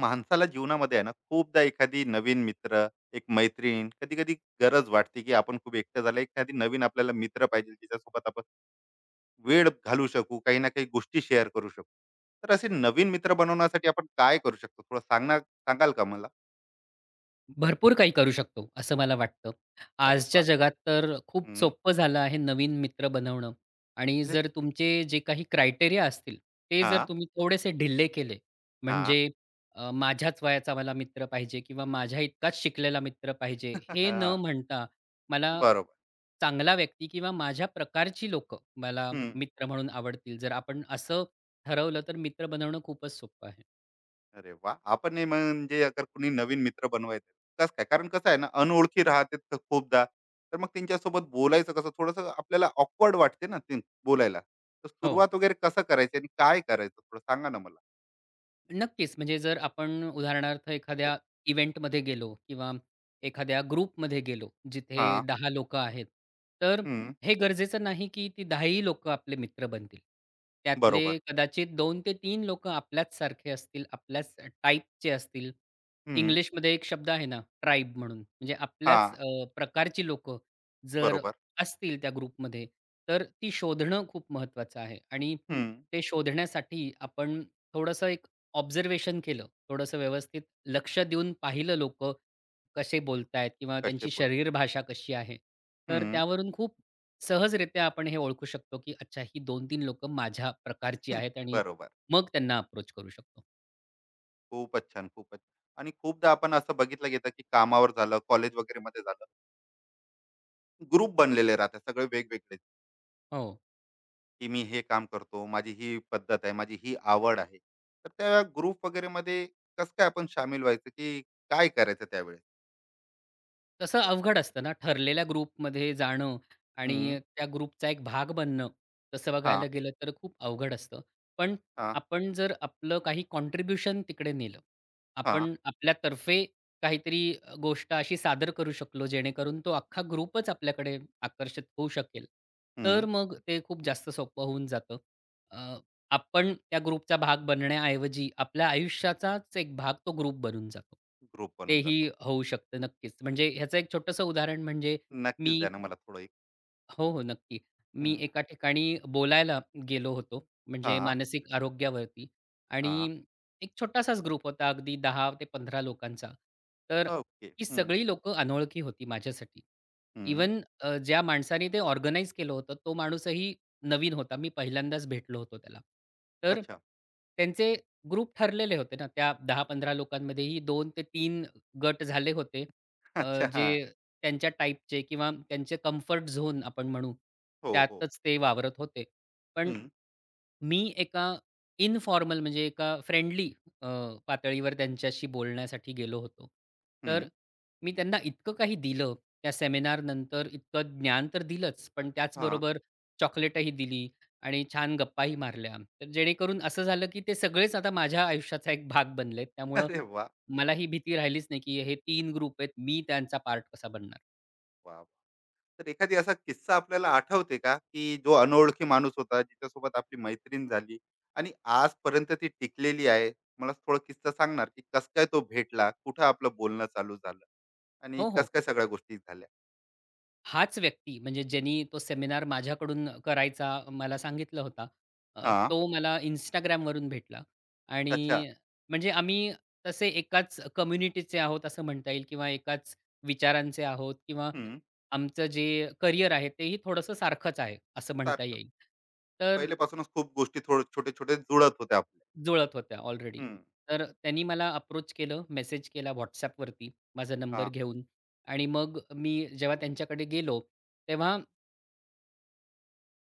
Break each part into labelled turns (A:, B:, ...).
A: माणसाला जीवनामध्ये आहे ना खूपदा एखादी नवीन मित्र एक मैत्रीण कधी कधी गरज वाटते की आपण खूप एकटं झालं एखादी नवीन आपल्याला मित्र पाहिजे ज्याच्यासोबत आपण वेळ घालू शकू काही ना काही गोष्टी शेअर करू शकू. तर असे नवीन मित्र बनवण्यासाठी आपण काय करू शकतो थोडं सांगाल का मला?
B: भरपूर काही करू शकतो, असं मला वाटतं.
A: अरे
B: आजच्या
A: वा.
B: जगात तर खूप
A: हम्म.
B: सोपं झालं आहे नवीन मित्र बनवणं. आणि
A: अरे.
B: जर तुमचे जे काही क्रायटेरिया असतील, ते
A: हा.
B: जर तुम्ही थोडेसे ढिल्ले केले,
A: हा.
B: म्हणजे माझ्याच वयाचा मला मित्र पाहिजे किंवा माझ्या इतकाच शिकलेला मित्र पाहिजे, हे न
A: हा.
B: म्हणता मला
A: बरोबर.
B: चांगला व्यक्ती किंवा माझ्या प्रकारची लोकं मला मित्र म्हणून आवडतील. जर आपण असं ठरवलं, तर मित्र बनवणं खूपच सोपं आहे.
A: अरे वाह! आपण हे म्हणजे अगर कुणी नवीन मित्र बनवायचे, कसं काय? कारण कसं आहे ना, अनोळखी राहते तर खूपदा. तर मग त्यांच्यासोबत बोलायचं कसं? थोडंसं आपल्याला ऑकवर्ड वाटते ना ते बोलायला. तर
B: हो.
A: सुरुवात वगैरे कसं करायची आणि काय करायचं? थोडं सांगा ना मला.
B: नक्कीच. म्हणजे जर आपण उदाहरणार्थ
A: हो.
B: एखाद्या इव्हेंटमध्ये गेलो किंवा एखाद्या ग्रुपमध्ये गेलो, जिथे
A: हां.
B: 10 लोकं आहेत, तर हे गरजेचं नाही की ती 10 ही लोकं आपले मित्र बनतील. त्यातले
A: बरोबर.
B: कदाचित 2 ते 3 लोकं आपल्याच सारखे असतील, आपल्याच टाइपचे असतील.
A: हं.
B: इंग्लिशमध्ये एक शब्द आहे ना, ट्राइब म्हणून. म्हणजे आपल्याच
A: हां.
B: प्रकारची लोकं जर
A: बरोबर.
B: असतील त्या ग्रुपमध्ये, तर ती शोधणं खूप महत्त्वाचं आहे. आणि
A: हं.
B: ते शोधण्यासाठी आपण थोडंसं एक ऑब्झर्वेशन केलं, थोडंसं व्यवस्थित लक्ष देऊन पाहिलं लोकं कसे बोलतायत किंवा
A: कसे
B: त्यांची
A: बोलतात.
B: शरीर भाषा कशी आहे. तर
A: हं.
B: त्यावरून खूप सहजरित्या आपण हे ओळखू शकतो, की अच्छा ही 2 तीन लोक माझ्या प्रकारची आहेत आणि
A: बरोबर.
B: मग त्यांना अप्रोच करू शकतो.
A: खूपच छान, खूपच. आणि खूपदा आपण असं बघितलं गेलं, की कामावर झालं, कॉलेज वगैरेमध्ये झालं, ग्रुप बनलेले राहतात सगळे वेगवेगळे.
B: हो.
A: की मी हे काम करतो, माझी ही पद्धत आहे, माझी ही आवड आहे. तर त्या ग्रुप वगैरेमध्ये कसं काय आपण सामील व्हायचं, की काय करायचं त्यावेळेस?
B: तसं अवघड असतं ना, ठरलेल्या ग्रुपमध्ये जाणं
A: हं.
B: आणि त्या ग्रुपचा एक भाग बनणं, तसं
A: हां.
B: बघायला गेलं तर खूप अवघड असतं. पण
A: हां.
B: आपण जर आपलं काही कॉन्ट्रिब्युशन तिकडे नेलं,
A: हां.
B: आपण आपल्यातर्फे काहीतरी गोष्ट अशी सादर करू शकलो, जेणेकरून तो अख्खा ग्रुपच आपल्याकडे आकर्षित होऊ शकेल,
A: हं.
B: तर मग ते खूप जास्त सोपं होऊन जातं. आपण त्या ग्रुपचा भाग बनण्याऐवजी आपल्या आयुष्याचाच एक भाग तो ग्रुप बनून जातो.
A: ग्रुप बनून
B: तेही
A: जातो.
B: होऊ शकतं नक्कीच. म्हणजे ह्याचं एक छोटंसं उदाहरण म्हणजे
A: नक्कीच
B: मी
A: द्या ना मला थोडं एक.
B: हो, हो. नक्की. मी
A: हं.
B: एका ठिकाणी बोलायला गेलो होतो, म्हणजे
A: हां.
B: मानसिक आरोग्यावरती. आणि
A: हां.
B: एक छोटासाच ग्रुप होता अगदी 10 ते 15 लोकांचा. तर
A: ओके.
B: ही
A: हं.
B: सगळी लोकं अनोळखी होती माझ्यासाठी.
A: हं.
B: इव्हन ज्या माणसाने ते ऑर्गनाइज केलं होतं, तो माणूसही नवीन होता. मी पहिल्यांदाच भेटलो होतो त्याला. तर
A: अच्छा.
B: त्यांचे ग्रुप ठरलेले होते ना, त्या 10-15 लोकांमध्येही 2 ते 3 गट झाले होते.
A: अच्छा.
B: जे
A: हां.
B: त्यांच्या टाइपचे किंवा त्यांचे कम्फर्ट झोन आपण म्हणू,
A: हो, हो.
B: त्यातच ते वावरत होते. पण
A: हं.
B: मी एका इनफॉर्मल म्हणजे एका फ्रेंडली अ, पातळीवर त्यांच्याशी बोलण्यासाठी गेलो होतो. तर
A: हं.
B: मी त्यांना इतकं काही दिलं त्या सेमिनारनंतर इतकं ज्ञान तर दिलंच, पण
A: हां.
B: त्याचबरोबर चॉकलेटही दिली आणि छान गप्पाही मारल्या. तर जेणेकरून असं झालं, की ते सगळेच आता माझ्या आयुष्याचा एक भाग बनलेत. त्यामुळं
A: अरे वाह!
B: मला ही भीती राहिलीच नाही, की हे 3 ग्रुप आहेत, मी त्यांचा पार्ट कसा बनणार?
A: वाह! तर एखादी असा किस्सा आपल्याला आठवते का, की जो अनोळखी माणूस होता, जिच्यासोबत आपली मैत्रीण झाली आणि आजपर्यंत ती टिकलेली आहे? मला थोडा किस्सा सांगणार, की कसं काय तो भेटला? कुठं आपलं बोलणं चालू झालं? आणि
B: हो,
A: कसं
B: हो.
A: काय सगळ्या गोष्टी झाल्या?
B: हाच व्यक्ती म्हणजे ज्यांनी तो सेमिनार माझ्याकडून करायचा मला सांगितलं होता.
A: हां.
B: तो मला Instagramवरून भेटला.
A: अच्छा.
B: आणि म्हणजे आम्ही तसे एकाच कम्युनिटीचे आहोत असं म्हणता येईल किंवा एकाच विचारांचे आहोत किंवा
A: हं.
B: आमचं जे करियर आहे तेही थोडंसं सारखंच आहे असं म्हणता
A: सारखं.
B: येईल. तर
A: पहिल्यापासूनच खूप गोष्टी थोडं छोटे-छोटे जुळत होत्या आपल्या.
B: जुळत होत्या ऑलरेडी.
A: हं.
B: तर त्यांनी मला अप्रोच केलं, मेसेज केला WhatsAppवरती माझा नंबर
A: हां.
B: घेऊन आणि मग मी जेव्हा त्यांच्याकडे गेलो, तेव्हा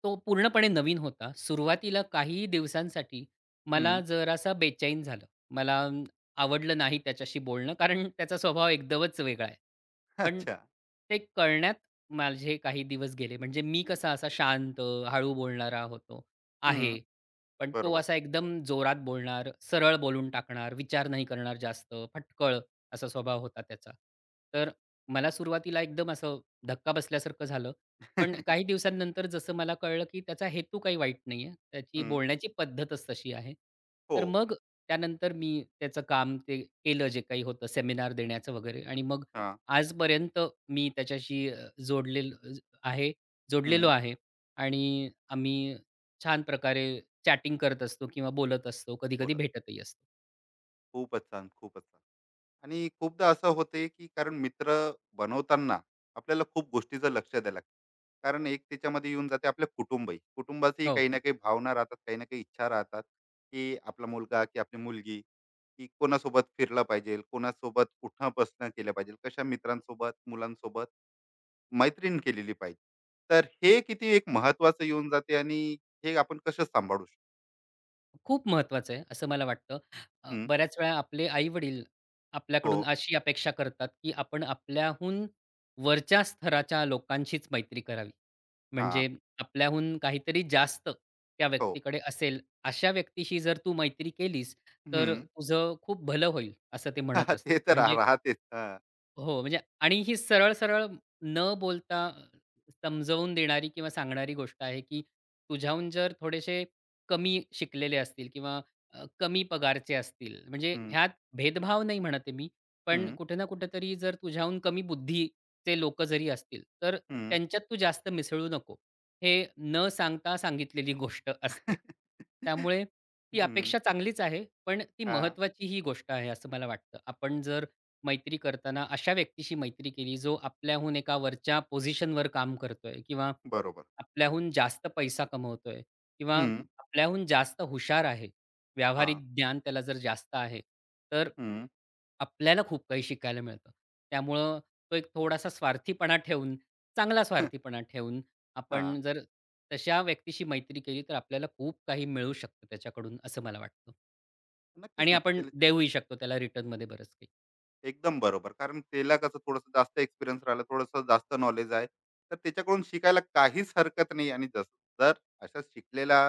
B: तो पूर्णपणे नवीन होता. सुरुवातीला काही दिवसांसाठी मला
A: हं.
B: जरासा बेचैन झालं. मला आवडलं नाही त्याच्याशी बोलणं कारण त्याचा स्वभाव एकदमच वेगळा आहे. पण
A: अच्छा.
B: ते कळण्यात माझे काही दिवस गेले. म्हणजे मी कसा असा शांत, हळू बोलणारा होतो
A: हं.
B: आहे. पण तो
A: बरोबर.
B: असा एकदम जोरात बोलणार, सरळ बोलून टाकणार, विचार नाही करणार जास्त, फटकळ असा स्वभाव होता त्याचा. तर मला सुरुवातीला एकदम असं धक्का बसल्यासारखं झालं. पण काही दिवसांनंतर जसं मला कळलं, की त्याचा हेतू काही वाईट नाहीये. त्याची
A: हं.
B: बोलण्याची पद्धतच तशी आहे.
A: हो.
B: तर मग त्यानंतर मी त्याचं काम ते केलं जे काही होतं सेमिनार देण्याचं वगैरे आणि मग
A: हां.
B: आजपर्यंत मी त्याच्याशी आहे जोडलेलो
A: हं.
B: आहे आणि आम्ही छान प्रकारे चॅटिंग करत असतो किंवा बोलत असतो. कधी-कधी
A: बोला.
B: भेटतही असतो.
A: खूपच छान, खूपच छान. आणि खूपदा असं होते की कारण मित्र बनवताना आपल्याला खूप गोष्टीचं लक्ष द्यायला लागतं. कारण एक त्याच्यामध्ये येऊन जाते, आपल्या कुटुंबाचीही
B: हो.
A: काही ना काही भावना राहतात, काही ना काही इच्छा राहतात, की आपला मुलगा की आपली मुलगी की कोणासोबत फिरलं पाहिजे, कोणासोबत उठणं बसणं केलं पाहिजे, कशा मित्रांसोबत मुलांसोबत मैत्रीण केलेली पाहिजे. तर हे किती एक महत्वाचं येऊन जाते आणि हे आपण कसं सांभाळू शकतो?
B: खूप महत्वाचं आहे, असं मला वाटतं.
A: हम्म.
B: बऱ्याच वेळा आपले आई-वडील
A: हो.
B: आपल्याकडून अशी अपेक्षा करतात, की आपण आपल्याहून वरच्या स्तराच्या लोकांशीच मैत्री करावी.
A: हा.
B: म्हणजे आपल्याहून काहीतरी जास्त त्या
A: हो.
B: व्यक्तीकडे असेल, अशा व्यक्तीशी जर तू मैत्री केलीस, तर
A: हम्म.
B: तुझं खूप भलं होईल, असं ते म्हणत असतात.
A: ते तर
B: म्हणजे
A: राहतेच हा.
B: हो, म्हणजे आणि ही सरळ-सरळ न बोलता समजवून देणारी किंवा सांगणारी गोष्ट आहे, की तुझ्याहून जर थोडेसे कमी शिकलेले असतील किंवा कमी पगारचे असतील, म्हणजे ह्यात भेदभाव नाही म्हणत मी, पण
A: हम्म.
B: कुठे ना कुठेतरी जर तुझ्याहून कमी बुद्धीचे लोकं जरी असतील, तर
A: हं.
B: त्यांच्यात तू जास्त मिसळू नको. हे न सांगता सांगितलेली गोष्ट असते. त्यामुळे ती
A: हं.
B: अपेक्षा चांगलीच आहे, पण ती
A: हां.
B: महत्त्वाची ही गोष्ट आहे असं मला वाटतं. आपण जर मैत्री करताना अशा व्यक्तीशी मैत्री केली, जो आपल्याहून एका वरच्या पोझिशनवर काम करतोय किंवा
A: बरोबर.
B: आपल्याहून जास्त पैसा कमवतोय किंवा
A: हं.
B: आपल्याहून जास्त हुशार आहे. व्यावहारिक
A: हां.
B: ज्ञान त्याला जर जास्त आहे, तर
A: हं.
B: आपल्याला खूप काही शिकायला मिळतं. त्यामुळं तो एक थोडासा स्वार्थीपणा ठेवून, चांगला स्वार्थीपणा ठेवून
A: हां.
B: आपण जर तशा व्यक्तीशी मैत्री केली, तर आपल्याला खूप काही मिळू शकतं त्याच्याकडून असं मला वाटतं.
A: नक्कीच,
B: आणि
A: नक्कीच.
B: आपण
A: ते
B: देऊही शकतो त्याला रिटर्नमध्ये बरंच काही.
A: एकदम बरोबर. कारण त्याला कसं थोडंसं जास्त एक्सपिरियन्स राहिला, थोडंसं जास्त नॉलेज आहे. तर त्याच्याकडून शिकायला काहीच हरकत नाही. आणि जसं जर असा शिकलेला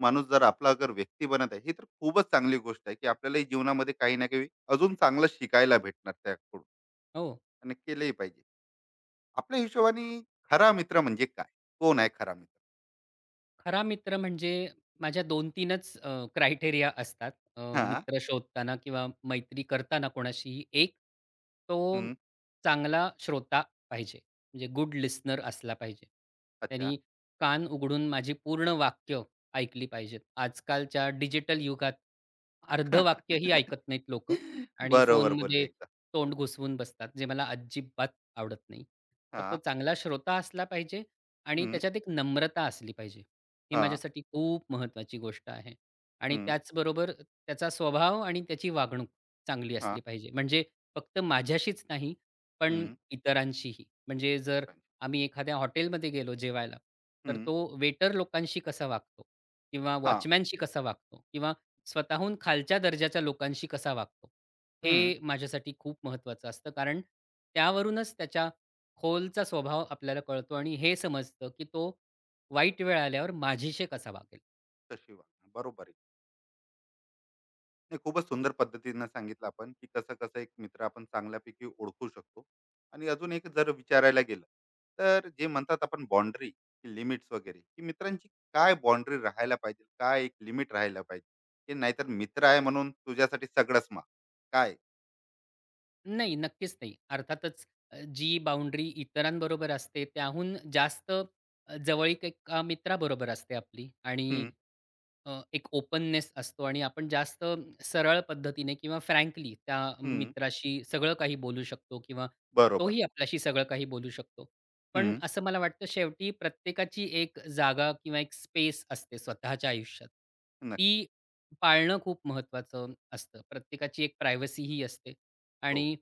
A: माणूस जर आपला अगर व्यक्ती बनत आहे, ही तर खूपच चांगली गोष्ट आहे, की आपल्यालाही जीवनामध्ये काही ना काही अजून चांगलं शिकायला भेटणार त्याकडून
B: हो.
A: आणि केलंही पाहिजे. आपल्या हिशोबाने खरा मित्र म्हणजे काय? कोण आहे खरा मित्र?
B: खरा मित्र म्हणजे माझ्या दोन तीनच क्रायटेरिया असतात
A: हां.
B: मित्र शोधताना किंवा मैत्री करताना कोणाशीही. एक तो
A: हं.
B: चांगला श्रोता पाहिजे, म्हणजे गुड लिस्नर असला पाहिजे.
A: अच्छा.
B: त्यांनी कान उघडून माझी पूर्ण वाक्य ऐकली पाहिजेत. आजकालच्या डिजिटल युगात अर्धं वाक्यही ऐकत नाहीत लोकं आणि
A: बरोबर बोलले
B: फोनमध्ये
A: एकदा.
B: तोंड घुसवून बसतात, जे मला अजिबात आवडत नाही. तर तो
A: हां.
B: चांगला श्रोता असला पाहिजे आणि
A: हं.
B: त्याच्यात एक नम्रता असली पाहिजे. ही
A: हां.
B: माझ्यासाठी खूप महत्त्वाची गोष्ट आहे. आणि
A: हं.
B: त्याचबरोबर त्याचा स्वभाव आणि त्याची वागणूक चांगली
A: हां.
B: असली पाहिजे. म्हणजे फक्त माझ्याशीच नाही, पण
A: हं.
B: इतरांशीही. म्हणजे जर
A: इतरांशी.
B: आम्ही एखाद्या हॉटेलमध्ये गेलो जेवायला, तर
A: हं.
B: तो वेटर लोकांशी कसा वागतो किंवा
A: हां.
B: वॉचमॅनशी कसा वागतो किंवा स्वतःहून खालच्या दर्जाच्या लोकांशी कसा वागतो,
A: हं.
B: हे माझ्यासाठी खूप महत्त्वाचं असतं. कारण त्यावरूनच त्याच्या खोलचा स्वभाव आपल्याला कळतो आणि हे समजतं, की तो वाईट वेळ आल्यावर माझीशी कसा वागेल?
A: तशी वागणं. बरोबर आहे. नाही, खूपच सुंदर पद्धतीनं सांगितलं आपण, की कसं-कसं एक मित्र आपण चांगल्यापैकी ओळखू शकतो. आणि अजून एक जर विचारायला गेलं, तर जे म्हणतात आपण बाउंडरी, लिमिट्स वगैरे, की मित्रांची काय बाउंडरी राहायला पाहिजे? काय एक लिमिट राहायला पाहिजे? की नाहीतर मित्र आहे म्हणून तुझ्यासाठी सगळंच माग. काय?
B: नाही, नक्कीच नाही. अर्थातच जी बाउंड्री इतरांबरोबर असते त्याहून जास्त जवळीक एका मित्राबरोबर असते आपली आणि
A: हं.
B: एक ओपननेस असतो आणि आपण जास्त सरळ पद्धतीने किंवा फ्रँकली त्या
A: हं.
B: मित्राशी सगळं काही बोलू शकतो किंवा
A: बरोबर.
B: तोही आपल्याशी सगळं काही बोलू शकतो. पण
A: हं.
B: असं मला वाटतं शेवटी प्रत्येकाची एक जागा किंवा एक स्पेस असते स्वतःच्या आयुष्यात.
A: नक्की.
B: ती पाळणं खूप महत्त्वाचं असतं. प्रत्येकाची एक प्रायव्हसी असते
A: हो.
B: आणि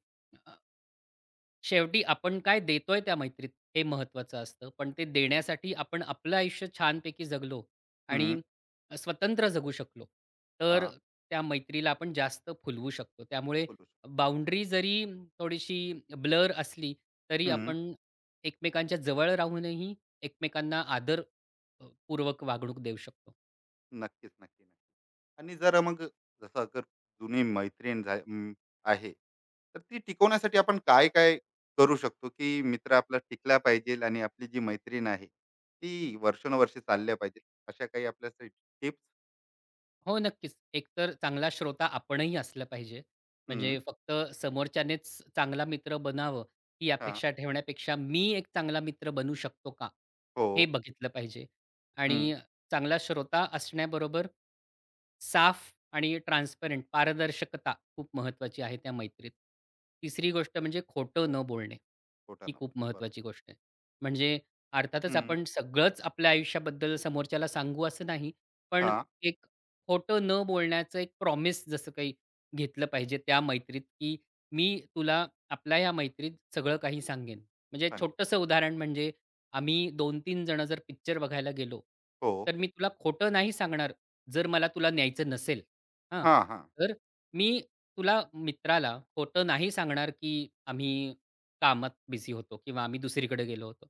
B: शेवटी आपण काय देतोय त्या मैत्रीत हे महत्त्वाचं असतं. पण ते देण्यासाठी आपण आपलं आयुष्य छानपैकी जगलो आणि
A: हं.
B: स्वतंत्र जगू शकलो, तर
A: हां.
B: त्या मैत्रीला आपण जास्त फुलवू शकतो. त्यामुळे
A: बोलू शकतो.
B: बाउंडरी जरी थोडीशी ब्लर असली, तरी
A: हं.
B: आपण एकमेकांच्या जवळ राहूनही एकमेकांना आदर पूर्वक वागणूक देऊ शकतो.
A: नक्कीच, नक्की, नक्की. आणि जर मग जसं अगर जुनी मैत्रीण आहे, तर ती टिकवण्यासाठी आपण काय-काय करू शकतो, की मित्र आपला टिकला पाहिजे आणि आपली जी मैत्रीण आहे, ती वर्षानुवर्षे चालल्या पाहिजे. अशा काही आपल्यासाठी टिप्स?
B: हो, नक्कीच. एकतर चांगला श्रोता आपणही असलं पाहिजे.
A: हं.
B: म्हणजे फक्त समोरच्यानेच चांगला मित्र बनावं, ही
A: हां.
B: अपेक्षा ठेवण्यापेक्षा मी एक चांगला मित्र बनू शकतो का?
A: हो.
B: हे बघितलं पाहिजे.
A: हं.
B: आणि चांगला श्रोता असण्याबरोबर साफ आणि ट्रान्सपरंट पारदर्शकता खूप महत्त्वाची आहे त्या मैत्रीत. तिसरी गोष्ट म्हणजे खोटं न बोलणे.
A: खोटं
B: ही
A: न
B: खूप
A: बोलणं, बरोबर.
B: महत्त्वाची गोष्ट आहे. म्हणजे अर्थातच
A: हं.
B: आपण सगळंच आपल्या आयुष्याबद्दल समोरच्याला सांगू असं नाही. पण
A: हां.
B: एक खोटं न बोलण्याचं एक प्रॉमिस जसं काही घेतलं पाहिजे त्या मैत्रीत, की मी तुला आपल्या या मैत्रीत सगळं काही सांगेन. म्हणजे
A: सांगेल.
B: छोटंसं उदाहरण म्हणजे आम्ही 2 तीन जण जर पिक्चर बघायला गेलो,
A: हो.
B: तर मी तुला खोटं नाही सांगणार जर मला तुला न्यायचं नसेल. हां,
A: हां. हां.
B: तर मी तुला मित्राला खोटं नाही सांगणार, की आम्ही कामात बिझी होतो किंवा आम्ही दुसरीकडे गेलो होतो.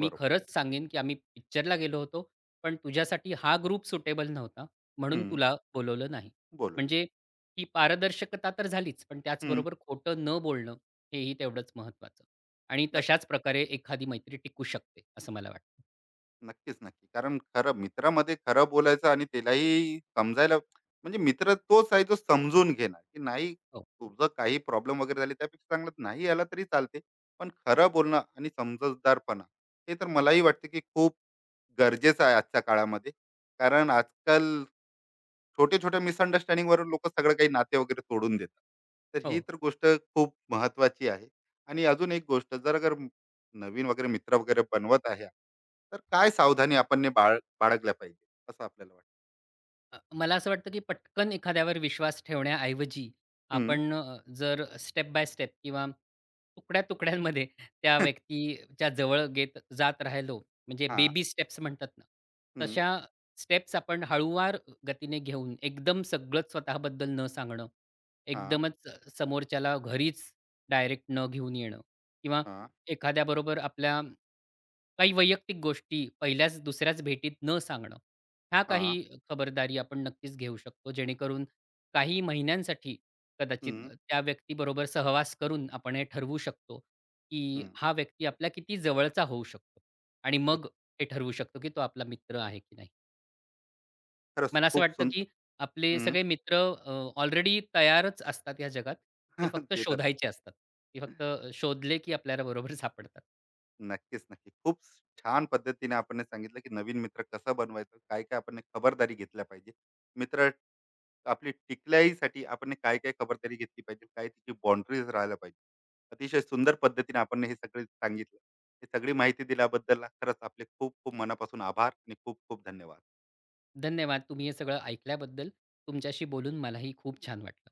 B: मी खरंच सांगेन, की आम्ही पिक्चरला गेलो होतो, पण तुझ्यासाठी हा ग्रुप सुटेबल नव्हता. म्हणून
A: हं.
B: तुला बोलवलं नाही.
A: बोलू.
B: म्हणजे ही पारदर्शकता तर झालीच, पण
A: हं.
B: त्याचबरोबर खोटं न बोलणं हेही तेवढंच महत्त्वाचं. आणि तशाच प्रकारे एखादी मैत्री टिकू शकते, असं मला वाटतं.
A: नक्कीच, नक्की. कारण खरं मित्रामध्ये खरं बोलायचं आणि त्यालाही समजायला, म्हणजे मित्र तोच आहे जो समजून घेणार, की नाही
B: हो,
A: तुझं काही प्रॉब्लेम वगैरे झाले त्यापेक्षा चांगलं नाही आला तरी चालते. पण खरं बोलणं आणि समजूतदारपणा, हे तर मलाही वाटते, की खूप गरजेचं आहे आजच्या काळामध्ये. कारण आजकाल छोट्या-छोट्या मिसअंडरस्टँडिंगवरून लोकं सगळं काही नाते वगैरे तोडून देतात. तर ही
B: हो.
A: तर गोष्ट खूप महत्वाची आहे. आणि अजून एक गोष्ट, जर अगर नवीन वगैरे मित्र वगैरे बनवत आहे, तर काय सावधानी आपण बाळगल्या पाहिजे असं आपल्याला वाटतं?
B: मला असं वाटतं, की पटकन एखाद्यावर विश्वास ठेवण्याऐवजी
A: हं.
B: आपण जर स्टेप बाय स्टेप किंवा तुकड्या-तुकड्यांमध्ये त्या व्यक्तीच्या जवळ गेत जात राहिलो, म्हणजे
A: हां.
B: बेबी स्टेप्स म्हणतात ना,
A: हं.
B: तशा स्टेप्स आपण हळूवार गतीने घेऊन एकदम सगळंच स्वतःबद्दल न सांगणं,
A: हां,
B: एकदमच समोरच्याला घरीच डायरेक्ट न घेऊन येणं किंवा
A: हां,
B: एखाद्याबरोबर आपल्या काही वैयक्तिक गोष्टी पहिल्याच दुसऱ्याच भेटीत न सांगणं. ह्या काही
A: हां.
B: खबरदारी आपण नक्कीच घेऊ शकतो. जेणेकरून काही महिन्यांसाठी कदाचित
A: हं.
B: त्या व्यक्तीबरोबर सहवास करून आपण हे ठरवू शकतो, की
A: हं.
B: हा व्यक्ती आपला किती जवळचा होऊ शकतो आणि
A: एक
B: मग हे ठरवू शकतो, की तो आपला मित्र आहे की नाही.
A: खरंच
B: मला असं
A: खूप
B: वाटतं,
A: सुंद
B: की आपले
A: हं.
B: सगळे मित्र ऑलरेडी तयारच असतात या जगात. ते फक्त
A: ते तर आहे.
B: शोधायचे असतात. ते फक्त शोधले, की आपल्याला बरोबर सापडतात.
A: नक्कीच, नक्की. खूप छान पद्धतीने आपण हे सांगितलं, की नवीन मित्र कसं बनवायचं, काय-काय आपण हे खबरदारी घेतल्या पाहिजे. मित्र आपली टिकल्याहीसाठी आपण काय-काय खबरदारी घेतली पाहिजे, काय तिची बाउंडरीज राहायला पाहिजे. अतिशय सुंदर पद्धतीने आपण हे सगळे सांगितलं. ही सगळी माहिती दिल्याबद्दल खरंच आपले खूप खूप मनापासून आभार आणि खूप खूप धन्यवाद.
B: धन्यवाद तुम्ही हे सगळं ऐकल्याबद्दल. तुमच्याशी बोलून मलाही खूप छान वाटलं.